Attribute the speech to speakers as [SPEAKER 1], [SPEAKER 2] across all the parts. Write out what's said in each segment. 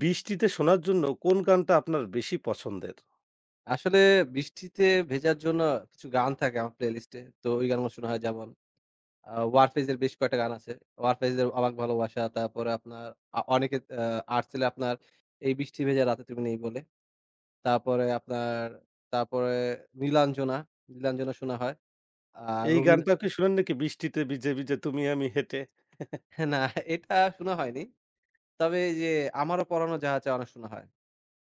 [SPEAKER 1] বৃষ্টিতে শোনার জন্য কোন গানটা আপনার বেশি পছন্দের?
[SPEAKER 2] আসলে বৃষ্টিতে ভেজার জন্য কিছু গান থাকে আমার প্লেলিস্টে। তো ওই গানগুলো শোনা হয় যেমন ওয়ারফেজ এর বেশ কয়েকটা গান আছে। ওয়ারফেজ এর 'অবাক ভালোবাসা' তারপরে আপনার আ অনেকে আ আর্টসেলের আপনার 'এই বৃষ্টি ভেজা রাতে তুমি নেই' বলে। তারপরে আপনার তারপরে 'নীলাঞ্জনা', 'নীলাঞ্জনা' শোনা হয়। আর
[SPEAKER 1] এই
[SPEAKER 2] রবীন
[SPEAKER 1] গানটা কি শোনেন নাকি? বৃষ্টিতে ভিজে, ভিজে তুমি আমি হেঁটে।
[SPEAKER 2] হ্যাঁ, না, এটা শোনা হয়নি। তবে এই যে 'আমারও পরানো যাহা চায়' অনেক শোনা হয়।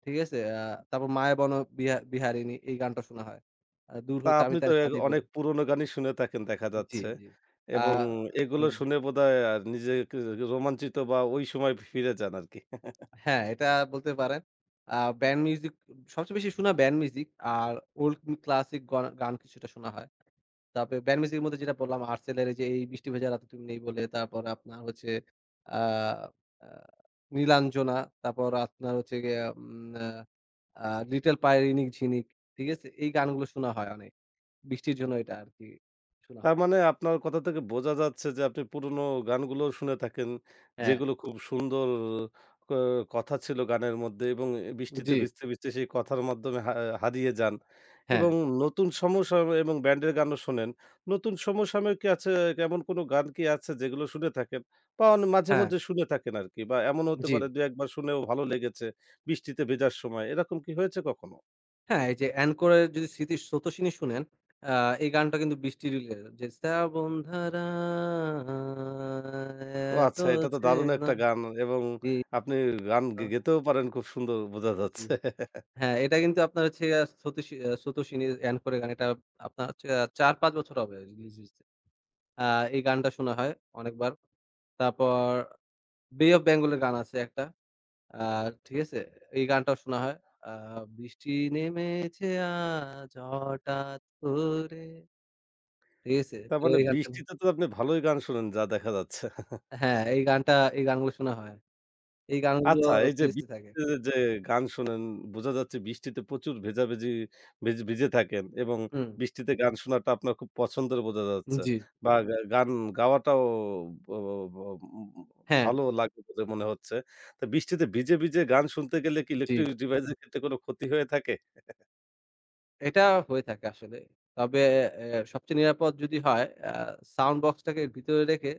[SPEAKER 2] ঠিক আছে? তারপর 'মায়াবন বিহারিণী' এই গানটা শোনা হয়। 'দূর
[SPEAKER 1] তা
[SPEAKER 2] হতে আমি
[SPEAKER 1] আপনি তো
[SPEAKER 2] তারে সাধিব'।
[SPEAKER 1] অনেক পুরোনো গানই শুনে থাকেন দেখা
[SPEAKER 2] জি,
[SPEAKER 1] যাচ্ছে।
[SPEAKER 2] জি। আ
[SPEAKER 1] এবং এগুলো
[SPEAKER 2] হুম,
[SPEAKER 1] শুনে বোধহয় নিজেকে রোমাঞ্চিত বা ওই সময় ফিরে যান আরকি।
[SPEAKER 2] হ্যাঁ, এটা বলতে পারেন। আ ব্যান্ড মিউজিক সবচেয়ে বেশি শোনা ব্যান্ড মিউজিক আর ওল্ড ক্লাসিক গান কিছুটা শোনা হয়। তারপরে ব্যান্ড মিউজিকের মধ্যে যেটা বললাম আর্টসেলের এই যে এই বৃষ্টি ভেজা রাতে তুমি নেই বলে, তারপর আপনার হচ্ছে আ আ নীলাঞ্জনা, তারপর আপনার হচ্ছে গিয়ে উম আ আ লিটল পায়ের ইনিক ঝিনিক, ঠিক আছে? এই গানগুলো শোনা হয় অনেক। বৃষ্টির জন্য এটা আরকি শোনা
[SPEAKER 1] তার
[SPEAKER 2] হয়।
[SPEAKER 1] মানে আপনার কথা থেকে বোঝা যাচ্ছে যে আপনি পুরোনো গানগুলোও শুনে থাকেন,
[SPEAKER 2] হ্যাঁ,
[SPEAKER 1] যেগুলো খুব সুন্দর ক কথা ছিল গানের মধ্যে এবং বৃষ্টিতে
[SPEAKER 2] জি,
[SPEAKER 1] ভিজতে, ভিজতে সেই কথার মাধ্যমে হারিয়ে যান
[SPEAKER 2] হ্যাঁ,
[SPEAKER 1] এবং নতুন সমসা এবং ব্যান্ডের গানও শোনেন। নতুন সমসাময়িক কি আছে, এমন কোনো গান কি আছে যেগুলো শুনে থাকেন? বা
[SPEAKER 2] হ্যাঁ,
[SPEAKER 1] মাঝে-মধ্যে শুনে থাকেন আরকি, বা এমন হতে
[SPEAKER 2] জি।
[SPEAKER 1] পারে ২-১ বার শুনেও ভালো লেগেছে বৃষ্টিতে ভেজার সময়। এরকম কি হয়েছে কখনো?
[SPEAKER 2] হ্যাঁ, এই যে অ্যানকোরের যদি স্মৃতির স্রোতোষিনী শুনেন, আ এই গানটা কিন্তু বৃষ্টি রিলেটেড, যে শ্রাবণ ধারা
[SPEAKER 1] ও
[SPEAKER 2] এত
[SPEAKER 1] আচ্ছা, এটা তো দারুণ
[SPEAKER 2] চেনা
[SPEAKER 1] একটা গান এবং আপনি গান গে
[SPEAKER 2] দিবা।
[SPEAKER 1] গেতেও পারেন খুব সুন্দর, বোঝা
[SPEAKER 2] জি।
[SPEAKER 1] যাচ্ছে।
[SPEAKER 2] হ্যাঁ, এটা কিন্তু আপনার হচ্ছে আ স্রোতোষী আ স্রোতোষিনী অ্যানকোরের গান। এটা আপনার হচ্ছে ৪-৫ বছর হবে রিলিজ হইছে। আ এই গানটা শোনা হয় অনেকবার। তারপর বে অফ বেঙ্গল এর গান আছে একটা। আ, ঠিক আছে? এই গানটাও শোনা হয়। আ বৃষ্টি নেমেছে আজ হঠাৎ করে, ঠিক আছে?
[SPEAKER 1] তার
[SPEAKER 2] তো
[SPEAKER 1] মানে
[SPEAKER 2] এই গানটা,
[SPEAKER 1] বৃষ্টিতে তো আপনি ভালোই গান শোনেন যা দেখা যাচ্ছে।
[SPEAKER 2] হ্যাঁ, এই গানটা এই গানগুলো শোনা হয়। এই গানগুলো
[SPEAKER 1] আচ্ছা, এই যে
[SPEAKER 2] প্লেলিস্টে থাকে।
[SPEAKER 1] বৃষ্টিতে যে গান শোনেন, বোঝা যাচ্ছে বৃষ্টিতে প্রচুর ভেজাভেজি ভিজে থাকেন এবং
[SPEAKER 2] হুম,
[SPEAKER 1] বৃষ্টিতে গান শোনাটা আপনার খুব পছন্দের বোঝা যাচ্ছে,
[SPEAKER 2] জি।
[SPEAKER 1] বা গান গাওয়াটাও ব ব উম
[SPEAKER 2] হ্যাঁ,
[SPEAKER 1] ভালো লাগে বলে মনে হচ্ছে। তো বৃষ্টিতে ভিজে, ভিজে গান শুনতে গেলে কি
[SPEAKER 2] জি।
[SPEAKER 1] ইলেকট্রিক ডিভাইস এর ক্ষেত্রে কোনো ক্ষতি হয়ে থাকে?
[SPEAKER 2] এটা হয়ে থাকে আসলে। তবে সবচেয়ে নিরাপদ যদি হয় সাউন্ড বক্সটাকে ভিতরে রেখে,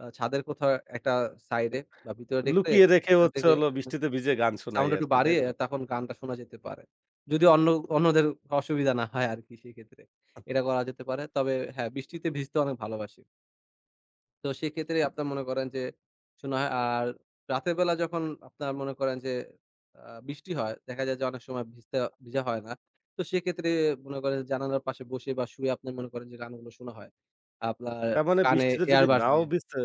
[SPEAKER 2] ছাদের কোথাও একটা সাইডে বা ভিতরে রেখে,
[SPEAKER 1] লুকিয়ে রেখে হচ্ছে
[SPEAKER 2] রেখে
[SPEAKER 1] হলো বৃষ্টিতে ভিজে গান শোনাই
[SPEAKER 2] সাউন্ড একটু
[SPEAKER 1] আরকি, তাই
[SPEAKER 2] বাড়িয়ে
[SPEAKER 1] তো?
[SPEAKER 2] তখন গানটা শোনা যেতে পারে। যদি অন্যদের অসুবিধা না হয় আরকি সেক্ষেত্রে। এটা করা যেতে পারে। তবে হ্যাঁ, বৃষ্টিতে ভিজতে অনেক ভালোবাসি। তো সেক্ষেত্রে আপনার মনে করেন যে শোনা হয়। আর রাতের বেলা যখন আপনার মনে করেন যে আ বৃষ্টি হয়, দেখা যায় যে অনেক সময় ভিজতে ভিজা হয় না। তো সেক্ষেত্রে মনে করেন জানালার পাশে বসে বা শুয়ে আপনি মনে করেন যে গানগুলো শোনা হয়। আপনার
[SPEAKER 1] তার মানে
[SPEAKER 2] কানে
[SPEAKER 1] বৃষ্টিতে যদি
[SPEAKER 2] এয়ারবাডস
[SPEAKER 1] নাও
[SPEAKER 2] দিয়ে।
[SPEAKER 1] ভিজে,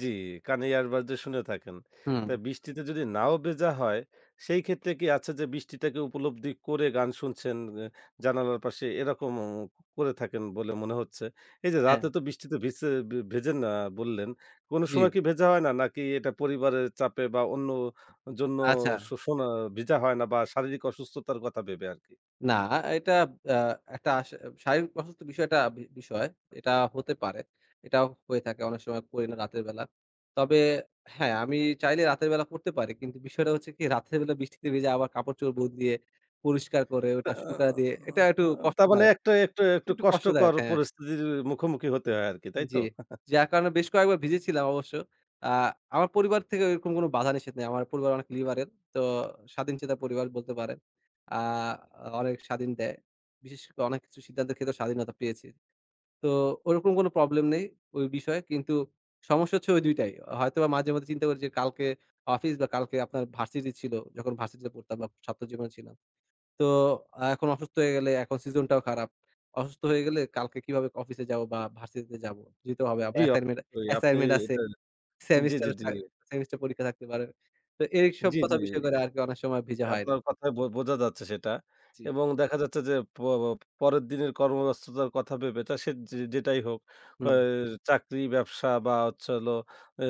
[SPEAKER 1] জি, কানে earbud দিয়ে শুনে থাকেন।
[SPEAKER 2] হুম,
[SPEAKER 1] তা বৃষ্টিতে যদি নাও ভেজা হয়, সেই ক্ষেত্রে কি আছে যে বৃষ্টিটাকে উপলব্ধি করে গান শুনছেন, এ জানালার পাশে এরকম করে থাকেন বলে মনে হচ্ছে। এই যে
[SPEAKER 2] হ্যাঁ,
[SPEAKER 1] রাতে তো বৃষ্টিতে ভিজছে ভেজেন না বললেন। কোনো
[SPEAKER 2] জি,
[SPEAKER 1] সময় কি ভেজা হয় না? নাকি এটা পরিবারের চাপে বা অন্য জন্য
[SPEAKER 2] আচ্ছা।
[SPEAKER 1] শোনা ভিজা হয় না, বা শারীরিক অসুস্থতার কথা ভেবে আরকি?
[SPEAKER 2] না, এটা আ একটা শারীরিক অসুস্থ বিষয়টা বিষয়। এটা হতে পারে। এটাও হয়ে থাকে। অনেক সময় করি না রাতের বেলা। তবে হ্যাঁ, আমি চাইলে রাতের বেলা করতে পারি। কিন্তু বিষয়টা হচ্ছে, কি রাতের বেলা বৃষ্টিতে ভিজে আবার কাপড়-চোপড় বদলিয়ে পরিষ্কার করে
[SPEAKER 1] আ
[SPEAKER 2] ওটা শুকায় দিয়ে এটা একটু
[SPEAKER 1] তার মানে
[SPEAKER 2] কষ্টদায়ক।
[SPEAKER 1] একটা একটা একটু
[SPEAKER 2] একটু কষ্টদায়ক,
[SPEAKER 1] কষ্টকর
[SPEAKER 2] হ্যাঁ।
[SPEAKER 1] পরিস্থিতির মুখোমুখি হতে হয় আরকি, তাই
[SPEAKER 2] জি।
[SPEAKER 1] তো?
[SPEAKER 2] যার কারণে বেশ কয়েকবার ভিজেছিলাম অবশ্য। আ আমার পরিবার থেকে এরকম কোনো বাধা নিষেধ নেই। আমার পরিবার অনেক লিবারেল। তো স্বাধীনচেতা পরিবার বলতে পারেন। আ অনেক স্বাধীন দেয়। বিশেষ করে অনেক কিছু সিদ্ধান্তের ক্ষেত্রে স্বাধীনতা পেয়েছি। তো ওরকম কোনো প্রবলেম নেই ওই বিষয়ে। কিন্তু সমস্যা হচ্ছে ওই ২ টাই। হয়তোবা মাঝে, মাঝে চিন্তা করি যে কালকে অফিস বা কালকে আপনার ভার্সিটি ছিল। যখন ভার্সিটিতে পড়তাম বা ছাত্র জীবনে ছিলাম। তো এখন অসুস্থ হয়ে গেলে এখন সিজনটাও খারাপ। অসুস্থ হয়ে গেলে কালকে কিভাবে অফিসে যাব বা ভার্সিটিতে যাব? যেতে হবে
[SPEAKER 1] জি,
[SPEAKER 2] আবার অ্যাসাইনমেন্ট
[SPEAKER 1] অবশ্যই আপনি
[SPEAKER 2] অ্যাসাইনমেন্ট আছে।
[SPEAKER 1] এটা। জি,
[SPEAKER 2] সেমিস্টার
[SPEAKER 1] জি, জি,
[SPEAKER 2] সেমিস্টার পরীক্ষা থাকতে পারে। তো এইসব
[SPEAKER 1] জি,
[SPEAKER 2] কথা
[SPEAKER 1] জি।
[SPEAKER 2] বিষয় করে আরকি অনেক সময় ভিজা হয়নি।
[SPEAKER 1] আপনার কথায় বোঝা যাচ্ছে সেটা।
[SPEAKER 2] জি।
[SPEAKER 1] এবং দেখা যাচ্ছে যে প প- পরের দিনের কর্মব্যস্ততার কথা ভেবে, তা সে যে যেটাই হোক, অ্যা
[SPEAKER 2] হুম,
[SPEAKER 1] চাকরি, ব্যবসা বা হচ্ছে হলো অ্যা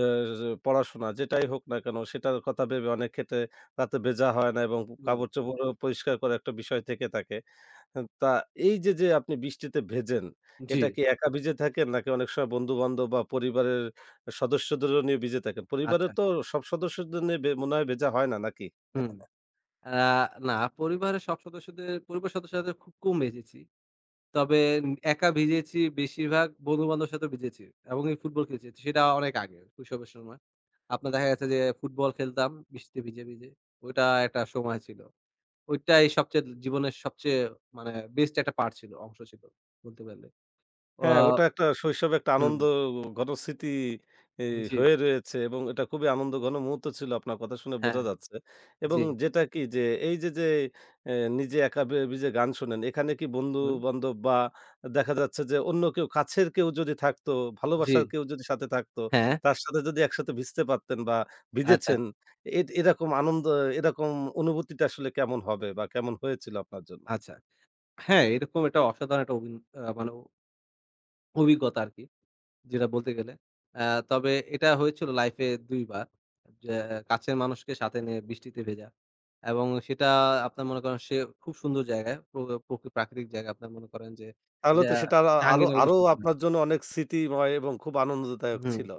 [SPEAKER 1] পড়াশোনা, যেটাই হোক না কেন সেটার কথা ভেবে অনেক ক্ষেত্রে রাতে ভেজা হয় না এবং
[SPEAKER 2] হুম।
[SPEAKER 1] কাপড়-চোপড়ও পরিষ্কার করার একটা বিষয় থেকে থাকে। তা এই যে, আপনি বৃষ্টিতে ভেজেন,
[SPEAKER 2] জি,
[SPEAKER 1] এটা কি একা ভিজে থাকেন নাকি অনেক সময় বন্ধু-বান্ধব বা পরিবারের সদস্যদেরও নিয়ে ভিজে থাকেন?
[SPEAKER 2] আচ্ছা।
[SPEAKER 1] পরিবারের তো সব সদস্যদের নিয়ে মনে হয় ভেজা হয় না নাকি?
[SPEAKER 2] হুম। আ না, পরিবারের সব সদস্যদের, পরিবারের সদস্যদের খুব কম ভেজেছি। তবে একা ভিজেছি, বেশিরভাগ বন্ধু-বান্ধবের সাথে ভিজেছি এবং এই ফুটবল খেলেছি। সেটা অনেক আগে শৈশবের সময়। আপনার দেখা গেছে যে ফুটবল খেলতাম বৃষ্টিতে ভিজে, ভিজে। ওইটা একটা সময় ছিল। ওইটাই সবচেয়ে জীবনের সবচেয়ে মানে বেস্ট একটা পার্ট ছিল, অংশ ছিল বলতে পারলে। আ
[SPEAKER 1] হ্যাঁ, ওটা একটা শৈশবে একটা
[SPEAKER 2] হুম,
[SPEAKER 1] আনন্দ ঘন স্মৃতি ই
[SPEAKER 2] জি,
[SPEAKER 1] হয়ে রয়েছে এবং এটা খুবই আনন্দঘন মুহূর্ত ছিল, আপনার কথা শুনে
[SPEAKER 2] হ্যাঁ,
[SPEAKER 1] বোঝা যাচ্ছে। এবং
[SPEAKER 2] জি,
[SPEAKER 1] যেটা কি যে, এই যে, যে এ নিজে একা নিজে গান শোনেন, এখানে কি
[SPEAKER 2] হুম,
[SPEAKER 1] বন্ধু-বান্ধব বা দেখা যাচ্ছে যে অন্য কেউ, কাছের কেউ যদি থাকতো,
[SPEAKER 2] জি,
[SPEAKER 1] ভালোবাসার কেউ যদি সাথে থাকতো,
[SPEAKER 2] হ্যাঁ,
[SPEAKER 1] তার সাথে যদি একসাথে ভিজতে পারতেন বা
[SPEAKER 2] আচ্ছা,
[SPEAKER 1] ভিজেছেন, এ এরকম আনন্দ এরকম অনুভূতিটা আসলে কেমন হবে বা কেমন হয়েছিল আপনার জন্য?
[SPEAKER 2] আচ্ছা। হ্যাঁ, এরকম একটা অসাধারণ একটা অভিন আ মানে অভিজ্ঞতা আরকি। যেটা বলতে গেলে। আ তবে এটা হয়েছিল লাইফে ২ বার। যে কাছের মানুষকে সাথে নিয়ে বৃষ্টিতে ভেজা। এবং সেটা আপনার মনে করেন, সে খুব সুন্দর জায়গায়। প্রাকৃতিক জায়গা আপনার মনে করেন যে
[SPEAKER 1] তাহলে
[SPEAKER 2] যা
[SPEAKER 1] তো সেটা আ আরো
[SPEAKER 2] জাহাঙ্গীরনগর
[SPEAKER 1] আরো
[SPEAKER 2] বিশ্ববিদ্যালয়।
[SPEAKER 1] আপনার জন্য অনেক স্মৃতিময় এবং খুব আনন্দদায়ক
[SPEAKER 2] হুম।
[SPEAKER 1] ছিল।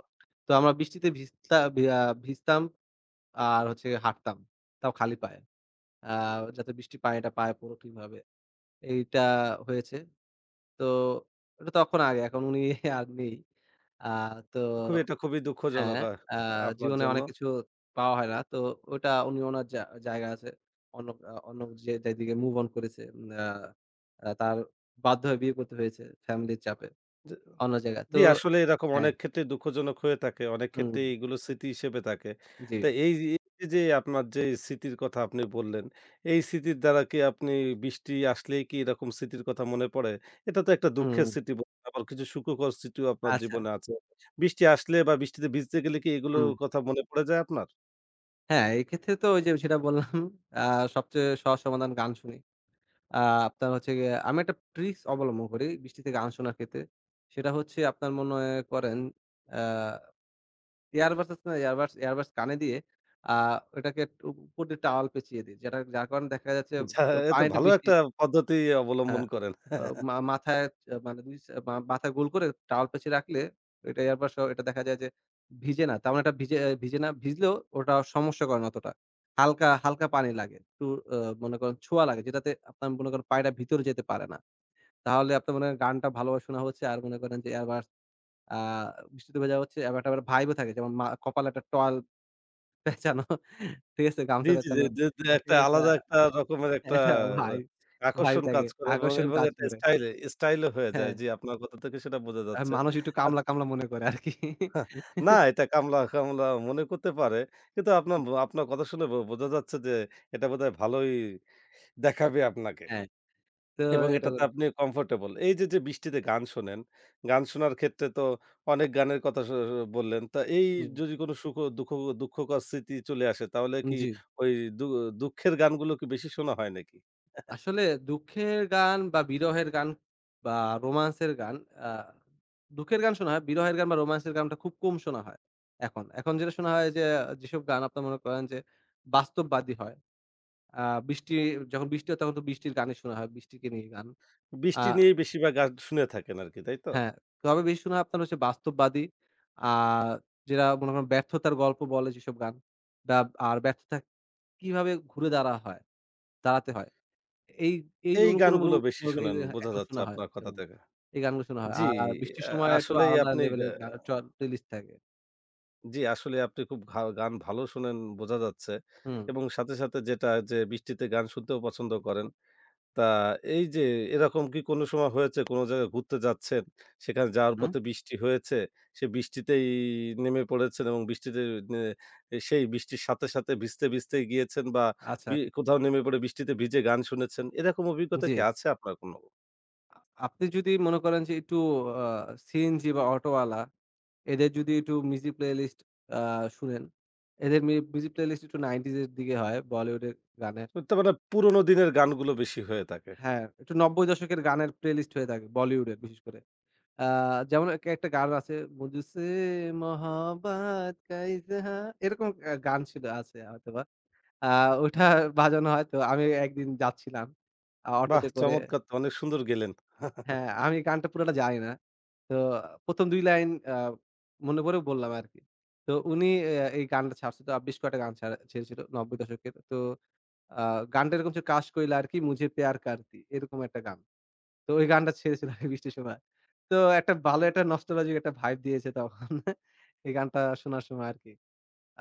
[SPEAKER 2] তো আমরা বৃষ্টিতে ভিজতাম আর হচ্ছে হাঁটতাম। তাও খালি পায়ে। আ যাতে বৃষ্টির পানিটা পায়ে পড়ুক ঠিকভাবে। এইটা হয়েছে। তো ওটা তখন আগে, এখন উনি আর নেই। আ তো
[SPEAKER 1] খুবই দুঃখজনক
[SPEAKER 2] হ্যাঁ, আ
[SPEAKER 1] আপনার
[SPEAKER 2] জীবনে
[SPEAKER 1] জন্য।
[SPEAKER 2] অনেক কিছু পাওয়া হয় না। তো ওটা উনি উনার জায়গা আছে। অন্য যে যেদিকে মুভ অন করেছে, আ আ তার বাধ্য হয়ে বিয়ে করতে হয়েছে ফ্যামিলির চাপে
[SPEAKER 1] জি,
[SPEAKER 2] অন্য জায়গায়।
[SPEAKER 1] জি,
[SPEAKER 2] তো
[SPEAKER 1] আসলে এরকম
[SPEAKER 2] হ্যাঁ,
[SPEAKER 1] অনেক ক্ষেত্রে দুঃখজনক হয়ে থাকে। অনেক
[SPEAKER 2] হুম,
[SPEAKER 1] ক্ষেত্রে এইগুলো স্মৃতি হিসেবে থাকে।
[SPEAKER 2] জি,
[SPEAKER 1] তো এই যে আপনার যে স্মৃতির কথা আপনি বললেন, এই স্মৃতির দ্বারা কি আপনি, বৃষ্টি আসলেই কি এরকম স্মৃতির কথা মনে পড়ে? এটা তো একটা দুঃখের
[SPEAKER 2] হুম,
[SPEAKER 1] স্মৃতি বলতে, আবার কিছু সুখকর স্মৃতিও আপনার
[SPEAKER 2] আচ্ছা,
[SPEAKER 1] জীবনে আছে। বৃষ্টি আসলে বা বৃষ্টিতে ভিজতে গেলে কি এগুলোর
[SPEAKER 2] হুম।
[SPEAKER 1] কথা মনে পড়ে যায় আপনার?
[SPEAKER 2] হ্যাঁ, এক্ষেত্রে তো ওই যে সেটা বললাম, আ সবচেয়ে সহজ সমাধান গান শুনি। আ আপনার হচ্ছে গিয়ে আমি একটা ট্রিকস অবলম্বন করি বৃষ্টিতে গান শোনার ক্ষেত্রে। সেটা হচ্ছে আপনার মনে করেন, আ এয়ারবাস আছে না? এয়ারবাস এয়ারবাস কানে দিয়ে আ ওটাকে একটু উপর দিয়ে টাওয়াল পেঁচিয়ে দিই। যেটা যার কারণে দেখা যাচ্ছে
[SPEAKER 1] আচ্ছা,
[SPEAKER 2] প
[SPEAKER 1] এ তো
[SPEAKER 2] পানিটা
[SPEAKER 1] ভালো
[SPEAKER 2] বেশি,
[SPEAKER 1] একটা পদ্ধতি অবলম্বন
[SPEAKER 2] হ্যাঁ,
[SPEAKER 1] করেন।
[SPEAKER 2] আ মা মাথায় আ মানে নিচ মা মাথা গোল করে টাওয়াল পেঁচিয়ে রাখলে এটা এয়ারবাস সহ এটা দেখা যায় যে ভিজে না। তেমন একটা ভিজে, আহ, ভিজে না। ভিজলেও ওটা সমস্যা করে না অতটা। হালকা, হালকা পানি লাগে। একটু আ মনে করেন ছোঁয়া লাগে, যেটাতে আপনার মনে করেন পানিটা ভিতরে যেতে পারে না। তাহলে আপনার মনে করেন গানটা ভালোভাবে শোনা হচ্ছে। আর মনে করেন যে এয়ারবাস আ বৃষ্টিতে ভেজা হচ্ছে। আবার একটা ভাইব ও থাকে যেমন মা কপালে একটা টয়াল পেঁচানো। ঠিক আছে?
[SPEAKER 1] জি,
[SPEAKER 2] গামছা
[SPEAKER 1] জি, জি,
[SPEAKER 2] পেঁচানো।
[SPEAKER 1] যে, যে, একটা
[SPEAKER 2] এটা
[SPEAKER 1] আলাদা একটা রকমের একটা
[SPEAKER 2] এটা ভাই ভাই
[SPEAKER 1] আকর্ষণ
[SPEAKER 2] তাকে
[SPEAKER 1] কাজ করে, এবং,
[SPEAKER 2] আকর্ষণ
[SPEAKER 1] এবং
[SPEAKER 2] কাজ
[SPEAKER 1] এটা
[SPEAKER 2] করে।
[SPEAKER 1] স্টাইলও হয়ে যায়।
[SPEAKER 2] হ্যাঁ,
[SPEAKER 1] জি, আপনার কথা থেকে সেটা বোঝা
[SPEAKER 2] আর
[SPEAKER 1] যাচ্ছে।
[SPEAKER 2] মানুষ একটু
[SPEAKER 1] আচ্ছা,
[SPEAKER 2] কামলা, কামলা মনে করে আরকি।
[SPEAKER 1] না, এটা কামলা, কামলা মনে করতে পারে। কিন্তু আপনার, আপনার কথা শুনে বোঝা যাচ্ছে যে এটা বোধহয় ভালোই দেখাবে আপনাকে।
[SPEAKER 2] হ্যাঁ, তো
[SPEAKER 1] এবং
[SPEAKER 2] এটা
[SPEAKER 1] এটাতে
[SPEAKER 2] করে।
[SPEAKER 1] আপনি কমফোর্টেবল। এই যে, যে বৃষ্টিতে গান শোনেন, গান শোনার ক্ষেত্রে তো অনেক গানের কথা স স বললেন। তা এই,
[SPEAKER 2] হুম,
[SPEAKER 1] যদি কোনো সুখ দুঃখ দুঃখকর স্মৃতি চলে আসে তাহলে কি
[SPEAKER 2] জি।
[SPEAKER 1] ওই দু দুঃখের গানগুলো কি বেশি শোনা হয় নাকি?
[SPEAKER 2] আসলে দুঃখের গান বা বিরহের গান বা রোমান্সের গান, আ দুঃখের গান শোনা হয়। বিরহের গান বা রোমান্সের গানটা খুব কম শোনা হয় এখন। এখন যেটা শোনা হয় যে যেসব গান আপনার মনে করেন যে বাস্তববাদী হয়। আ বৃষ্টি, যখন বৃষ্টি হয় তখন তো বৃষ্টির গানই শোনা হয়, বৃষ্টিকে নিয়ে গান। আ
[SPEAKER 1] বৃষ্টি নিয়েই বেশিরভাগ গান শুনে থাকেন আরকি, তাই তো?
[SPEAKER 2] হ্যাঁ, তবে বেশি শোনা আপনার হচ্ছে বাস্তববাদী। আ যেটা মনে করেন ব্যর্থতার গল্প বলে যেসব গান। দা আর ব্যর্থতা কিভাবে ঘুরে দাঁড়াতে হয়। এই এই
[SPEAKER 1] এই গানগুলো বেশি
[SPEAKER 2] অনুপ্রেরণামূলক, এই
[SPEAKER 1] শোনেন বোঝা
[SPEAKER 2] এখন
[SPEAKER 1] যাচ্ছে
[SPEAKER 2] শোনা হয়,
[SPEAKER 1] আপনার কথা
[SPEAKER 2] যেমন
[SPEAKER 1] থেকে।
[SPEAKER 2] এই গানগুলো শোনা হয়।
[SPEAKER 1] জি,
[SPEAKER 2] আর বৃষ্টির
[SPEAKER 1] আ
[SPEAKER 2] সময় একটু
[SPEAKER 1] আসলেই
[SPEAKER 2] আলাদা
[SPEAKER 1] আপনি গা
[SPEAKER 2] লেভেলের গান চ প্লেলিস্ট থাকে।
[SPEAKER 1] জি, আসলে আপনি খুব গান ভালো শোনেন বোঝা যাচ্ছে,
[SPEAKER 2] হুম।
[SPEAKER 1] এবং সাথে, সাথে যেটা যে বৃষ্টিতে গান শুনতেও পছন্দ করেন। তা এই যে, এরকম কি কোনো সময় হয়েছে, কোনো জায়গায় ঘুরতে যাচ্ছেন, সেখানে যাওয়ার
[SPEAKER 2] হুম।
[SPEAKER 1] পথে বৃষ্টি হয়েছে, সে বৃষ্টিতেই নেমে পড়েছেন এবং বৃষ্টিতে নে সেই বৃষ্টির সাথে, সাথে ভিজতে, ভিজতে গিয়েছেন, বা
[SPEAKER 2] আচ্ছা,
[SPEAKER 1] কোথাও নেমে পড়ে বৃষ্টিতে ভিজে গান শুনেছেন। এরকম অভিজ্ঞতা
[SPEAKER 2] জি।
[SPEAKER 1] কি আছে আপনার কোনো?
[SPEAKER 2] আ আপনি যদি মনে করেন যে একটু আ সিএনজি বা অটোওয়ালা, এদের যদি একটু মিউজিক প্লেলিস্ট আ শুনেন, এদের মিউজিক প্লেলিস্ট একটু ৯০s এর দিকে হয় বলিউডের গানের।
[SPEAKER 1] তো মানে পুরোনো দিনের গানগুলো বেশি হয়ে থাকে।
[SPEAKER 2] হ্যাঁ, একটু ৯০ দশকের গানের প্লেলিস্ট হয়ে থাকে বলিউডের বিশেষ করে। আ যেমন এক একটা গান আছে "মুঝসে মহব্বত কা ইজহার", এরকম গান ছিল, আছে হয়তোবা। আ ওটা বাজানো হয়, তো আমি একদিন যাচ্ছিলাম
[SPEAKER 1] বাহ!
[SPEAKER 2] অটোতে করে।
[SPEAKER 1] চমৎকার তো, অনেক সুন্দর গেলেন।
[SPEAKER 2] হ্যাঁ, আমি গানটা পুরাটা জানি না। তো ১ম ২ লাইন মনে পড়ে বললাম আরকি। তো উনি এই গানটা ছাড়ছিল। বেশ কয়েকটা গান ছেড়েছিল ৯০ দশকের। তো আ গানটা এরকম ছিল, "কাশ कोई लड़की मुझे प्यार करती", এরকম একটা গান। তো ওই গানটা ছেড়েছিল আমি বৃষ্টির সময়। তো একটা ভালো একটা নস্টালজিক একটা ভাইব দিয়েছে তখন এই গানটা শোনার সময় আরকি।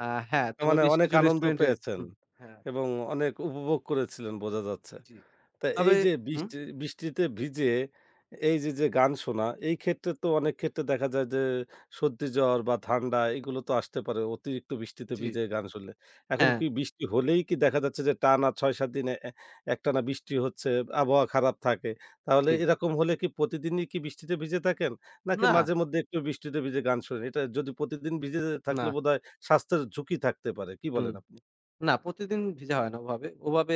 [SPEAKER 2] আ হ্যাঁ,
[SPEAKER 1] তার
[SPEAKER 2] তারপর
[SPEAKER 1] মানে
[SPEAKER 2] বেশ
[SPEAKER 1] অনেক
[SPEAKER 2] কিছু
[SPEAKER 1] আনন্দ
[SPEAKER 2] রেস্টুরেন্টে,
[SPEAKER 1] পেয়েছেন
[SPEAKER 2] হুম, হ্যাঁ,
[SPEAKER 1] এবং অনেক উপভোগ করেছিলেন বোঝা যাচ্ছে।
[SPEAKER 2] জি।
[SPEAKER 1] তা এই
[SPEAKER 2] তবে
[SPEAKER 1] যে
[SPEAKER 2] হুম?
[SPEAKER 1] বৃষ্টিতে ভিজে, এই যে, যে গান শোনা, এই ক্ষেত্রে তো অনেক ক্ষেত্রে দেখা যায় যে সর্দি, জ্বর বা ঠান্ডা এগুলো তো আসতে পারে অতিরিক্ত বৃষ্টিতে
[SPEAKER 2] জি,
[SPEAKER 1] ভিজে গান শুনলে। এখন
[SPEAKER 2] হ্যাঁ,
[SPEAKER 1] কি বৃষ্টি হলেই কি দেখা যাচ্ছে যে টানা ৬-৭ দিন এ এ একটানা বৃষ্টি হচ্ছে, আবহাওয়া খারাপ থাকে। তাহলে
[SPEAKER 2] জি।
[SPEAKER 1] এরকম হলে কি প্রতিদিনই কি বৃষ্টিতে ভিজে থাকেন? নাকি
[SPEAKER 2] না,
[SPEAKER 1] মাঝে মধ্যে একটু বৃষ্টিতে ভিজে গান শোনেন? এটা যদি প্রতিদিন ভিজে
[SPEAKER 2] না,
[SPEAKER 1] থাকলে বোধহয় স্বাস্থ্যের ঝুঁকি থাকতে পারে। কি
[SPEAKER 2] হুম।
[SPEAKER 1] বলেন আপনি?
[SPEAKER 2] না, প্রতিদিন ভিজা হয় না ওভাবে। ওভাবে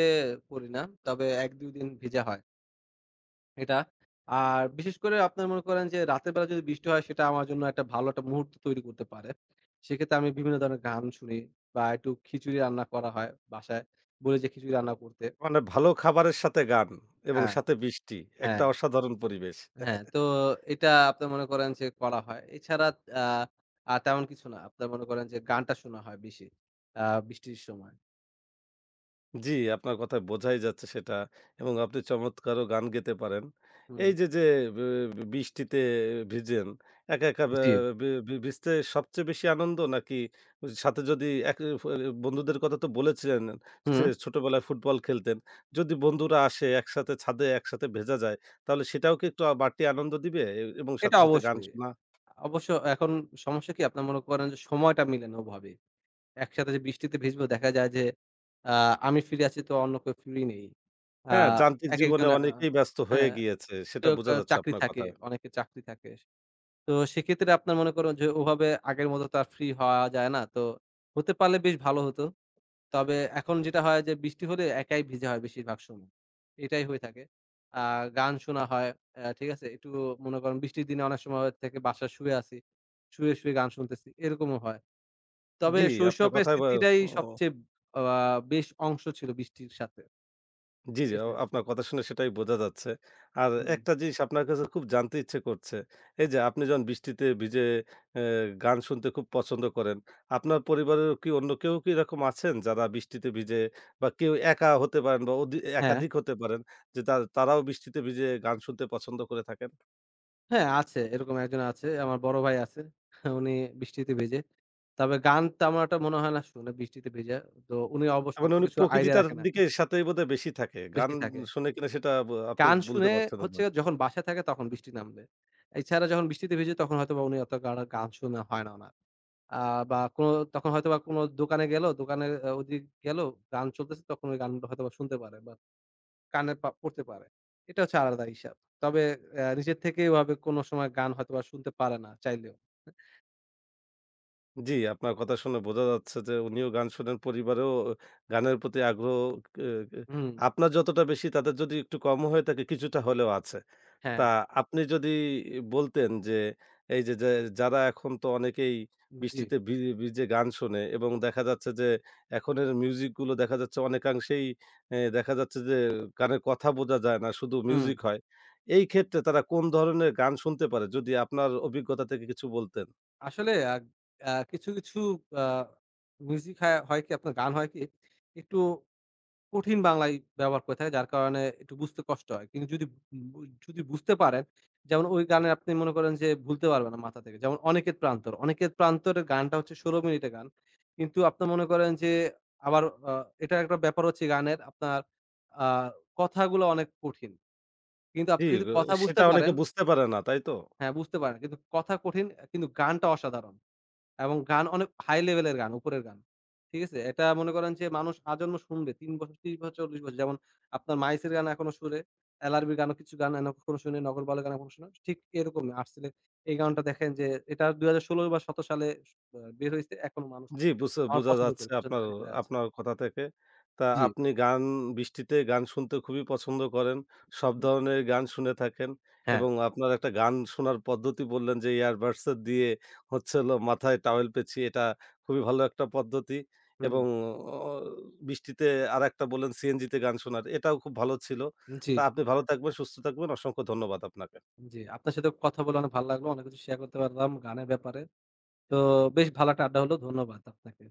[SPEAKER 2] করি না। তবে ১-২ দিন ভিজা হয়। এটা, আর বিশেষ করে আপনার মনে করেন যে রাতের বেলা যদি বৃষ্টি হয়, সেটা আমার জন্য একটা ভালো একটা মুহূর্ত তৈরি করতে পারে। সেক্ষেত্রে আমি বিভিন্ন ধরনের গান শুনি বা একটু খিচুড়ি রান্না করা হয় বাসায়। বলি যে খিচুড়ি রান্না করতে।
[SPEAKER 1] মানে ভালো খাবারের সাথে গান এবং
[SPEAKER 2] হ্যাঁ,
[SPEAKER 1] সাথে বৃষ্টি। একটা
[SPEAKER 2] হ্যাঁ,
[SPEAKER 1] অসাধারণ পরিবেশ।
[SPEAKER 2] হ্যাঁ। তো এটা আপনার মনে করেন যে করা হয়। এছাড়া আ আর তেমন কিছু না। আপনার মনে করেন যে গানটা শোনা হয় বেশি। আ বৃষ্টির সময়।
[SPEAKER 1] জি, আপনার কথায় বোঝাই যাচ্ছে সেটা, এবং আপনি চমৎকারও গান গেতে পারেন।
[SPEAKER 2] হুম।
[SPEAKER 1] এই যে, যে বি বি বৃষ্টিতে ভিজেন, একা, একা, বে
[SPEAKER 2] জি।
[SPEAKER 1] বি বি ভিজতে সবচেয়ে বেশি আনন্দ নাকি সাথে যদি এক ফ বন্ধুদের কথা তো বলেছিলেন, সে
[SPEAKER 2] হুম।
[SPEAKER 1] ছোটবেলায় ফুটবল খেলতেন। যদি বন্ধুরা আসে, একসাথে ছাদে একসাথে ভেজা যায়, তাহলে সেটাও কি একটু বাড়তি আনন্দ দিবে এবং
[SPEAKER 2] এটা
[SPEAKER 1] সাথে, সাথে গান
[SPEAKER 2] অবশ্যই।
[SPEAKER 1] শোনা?
[SPEAKER 2] অবশ্য এখন সমস্যা কি আপনার মনে করেন যে সময়টা মিলে না ওভাবে। একসাথে যে বৃষ্টিতে ভিজবো দেখা যায় যে আ আমি ফ্রি আছি তো অন্য কেউ ফ্রি নেই। আ
[SPEAKER 1] হ্যাঁ, যান্ত্রিক জীবনে
[SPEAKER 2] একেকজন আ
[SPEAKER 1] অনেকেই ব্যস্ত হয়ে
[SPEAKER 2] হ্যাঁ,
[SPEAKER 1] গিয়েছে। সেটা
[SPEAKER 2] কেউ,
[SPEAKER 1] বোঝা
[SPEAKER 2] কেউ
[SPEAKER 1] যাচ্ছে
[SPEAKER 2] চাকরি
[SPEAKER 1] আপনার
[SPEAKER 2] থাকে,
[SPEAKER 1] কথায়।
[SPEAKER 2] অনেকের চাকরি থাকে। তো সেক্ষেত্রে আপনার মনে করুন যে ওভাবে আগের মতো তো আর ফ্রি হওয়া যায় না। তো হতে পারলে বেশ ভালো হতো। তবে এখন যেটা হয় যে বৃষ্টি হলে একাই ভিজা হয় বেশিরভাগ সময়। এটাই হয়ে থাকে। আ গান শোনা হয়, ঠিক আছে? একটু মনে করেন বৃষ্টির দিনে অনেক সময় থেকে বাসায় শুয়ে আছি। শুয়ে, শুয়ে গান শুনতেছি। এরকমও হয়। তবে
[SPEAKER 1] জি, আপনার
[SPEAKER 2] শৈশবের
[SPEAKER 1] কথায় বা
[SPEAKER 2] স্মৃতিটাই
[SPEAKER 1] ও
[SPEAKER 2] সবচেয়ে আ বেশ অংশ ছিল বৃষ্টির সাথে।
[SPEAKER 1] জি, জি,
[SPEAKER 2] ঠিক আছে?
[SPEAKER 1] আপনার কথা শুনে সেটাই বোঝা যাচ্ছে। আর
[SPEAKER 2] হুম।
[SPEAKER 1] একটা জিনিস আপনার কাছে খুব জানতে ইচ্ছে করছে। এই যে আপনি যখন বৃষ্টিতে ভিজে অ্যা গান শুনতে খুব পছন্দ করেন। আপনার পরিবারের কি অন্য কেউ কি এরকম আছেন যারা বৃষ্টিতে ভিজে, বা কেউ একা হতে পারেন বা
[SPEAKER 2] হ্যাঁ,
[SPEAKER 1] একাধিক হতে পারেন, যে তা তারাও বৃষ্টিতে ভিজে গান শুনতে পছন্দ করে থাকেন?
[SPEAKER 2] হ্যাঁ আছে। এরকম একজন আছে। আমার বড় ভাই আছে। উনি বৃষ্টিতে ভেজে। তবে গান তেমন একটা মনে হয় না শুনে বৃষ্টিতে ভেজা। তো উনি
[SPEAKER 1] তার
[SPEAKER 2] অবশ্য
[SPEAKER 1] মানে
[SPEAKER 2] অত
[SPEAKER 1] উনি
[SPEAKER 2] কিছু আইডিয়া
[SPEAKER 1] প্রকৃতিটার
[SPEAKER 2] রাখে না।
[SPEAKER 1] দিকে সাথেই বোধহয় বেশি থাকে। গান
[SPEAKER 2] বেশি থাকে।
[SPEAKER 1] শোনে কিনা সেটা আপনি
[SPEAKER 2] গান
[SPEAKER 1] বলতে
[SPEAKER 2] শুনে
[SPEAKER 1] পারছেন না।
[SPEAKER 2] হচ্ছে যখন বাসায় থাকে তখন বৃষ্টি নামলে। এছাড়া যখন বৃষ্টিতে ভিজি তখন হয়তোবা উনি অত গান শোনা হয় না উনার। আ বা কোন তখন হয়তোবা কোন দোকানে গেল, দোকানে ওদিক গেল, গান চলতেছে, তখন ওই গানগুলো হয়তোবা শুনতে পারে বা কানে পা পড়তে পারে। এটা হচ্ছে আলাদা হিসাব। তবে নিজের থেকে ওভাবে কোন সময় গান হয়তোবা শুনতে পারে না চাইলেও।
[SPEAKER 1] জি, আপনার কথা শুনে বোঝা যাচ্ছে যে উনিও গান শোনেন, পরিবারেও গানের প্রতি আগ্রহ ক ক
[SPEAKER 2] হুম,
[SPEAKER 1] আপনার যতটা বেশি তাদের যদি একটু কমও হয়ে থাকে, কিছুটা হলেও আছে।
[SPEAKER 2] হ্যাঁ,
[SPEAKER 1] তা আপনি যদি বলতেন যে, এই যে, যে যারা এখন তো অনেকেই
[SPEAKER 2] জি।
[SPEAKER 1] বৃষ্টিতে ভিজে গান শোনে, এবং দেখা যাচ্ছে যে এখনের মিউজিক গুলো দেখা যাচ্ছে অনেকাংশেই দেখা যাচ্ছে যে কানে কথা বোঝা যায় না, শুধু
[SPEAKER 2] হুম।
[SPEAKER 1] মিউজিক হয়। এই ক্ষেত্রে তারা কোন ধরনের গান শুনতে পারে? যদি আপনার অভিজ্ঞতা থেকে কিছু বলতেন।
[SPEAKER 2] আসলে আ আ কিছু, কিছু আ মিউজিক, হ্যাঁ, হয় কি আপনার গান, হয় কি একটু কঠিন বাংলায় ব্যবহার করে থাকে, যার কারণে একটু বুঝতে কষ্ট হয়। কিন্তু যদি বু যদি বুঝতে পারেন, যেমন ওই গানের আপনি মনে করেন যে ভুলতে পারবেন না মাথা থেকে। যেমন 'অনিকেত প্রান্তর', 'অনিকেত প্রান্তরের' গানটা হচ্ছে ১৬ মিনিটের গান। কিন্তু আপনি মনে করেন যে আবার, আ এটা একটা ব্যাপার হচ্ছে গানের আপনার, আ কথাগুলো অনেক কঠিন। কিন্তু
[SPEAKER 1] জি,
[SPEAKER 2] আপনি যদি কথা বুঝতে
[SPEAKER 1] সেটা অনেকে
[SPEAKER 2] পারেন,
[SPEAKER 1] বুঝতে পারে না, তাই তো?
[SPEAKER 2] হ্যাঁ, বুঝতে পারেন। কিন্তু কথা কঠিন, কিন্তু গানটা অসাধারণ। এবং গান অনেক হাই লেভেলের গান, উপরের গান। ঠিক আছে? এটা মনে করেন যে মানুষ আজন্ম শুনবে। ৩ বছর, ৩০ বছর, ৪০ বছর। যেমন আপনার মাইসের গান এখনো শুনে, এলআরবির গানও, কিছু গান এন কখনো শুনি, নগরবাউলের গান এখনো শুনি। ঠিক এরকম আর্টসেলের এই গানটা দেখেন যে এটা ২০১৬ বা ১৭ সালে স বের হইছে। এখনো মানুষ
[SPEAKER 1] জি,
[SPEAKER 2] আমার
[SPEAKER 1] বোঝা
[SPEAKER 2] পছন্দ
[SPEAKER 1] যাচ্ছে
[SPEAKER 2] করি। পছন্দের
[SPEAKER 1] আপনার,
[SPEAKER 2] তালিকায় আছে।
[SPEAKER 1] আপনার কথা থেকে। তা
[SPEAKER 2] জি,
[SPEAKER 1] আপনি বৃষ্টিতে গান শুনতে খুবই পছন্দ করেন। সব
[SPEAKER 2] হুম,
[SPEAKER 1] ধরনের গান শুনে থাকেন,
[SPEAKER 2] হ্যাঁ,
[SPEAKER 1] এবং আপনার একটা গান শোনার পদ্ধতি বললেন যে earbuds এ দিয়ে, হচ্ছে হলো মাথায় টাওয়েল পেঁচিয়ে, এটা খুবই ভালো একটা পদ্ধতি।
[SPEAKER 2] হুম,
[SPEAKER 1] এবং অ বৃষ্টিতে আরেকটা বললেন সিএনজিতে গান শোনার। এটাও খুব ভালো ছিল।
[SPEAKER 2] জি,
[SPEAKER 1] তা আপনি ভালো থাকবেন, সুস্থ থাকবেন। অসংখ্য ধন্যবাদ আপনাকে।
[SPEAKER 2] জি। আপনার সাথে কথা বলে অনেক ভালো লাগলো। অনেক কিছু শেয়ার করতে পারলাম গানের ব্যাপারে। তো বেশ ভালো একটা আড্ডা হলো। ধন্যবাদ আপনাকে।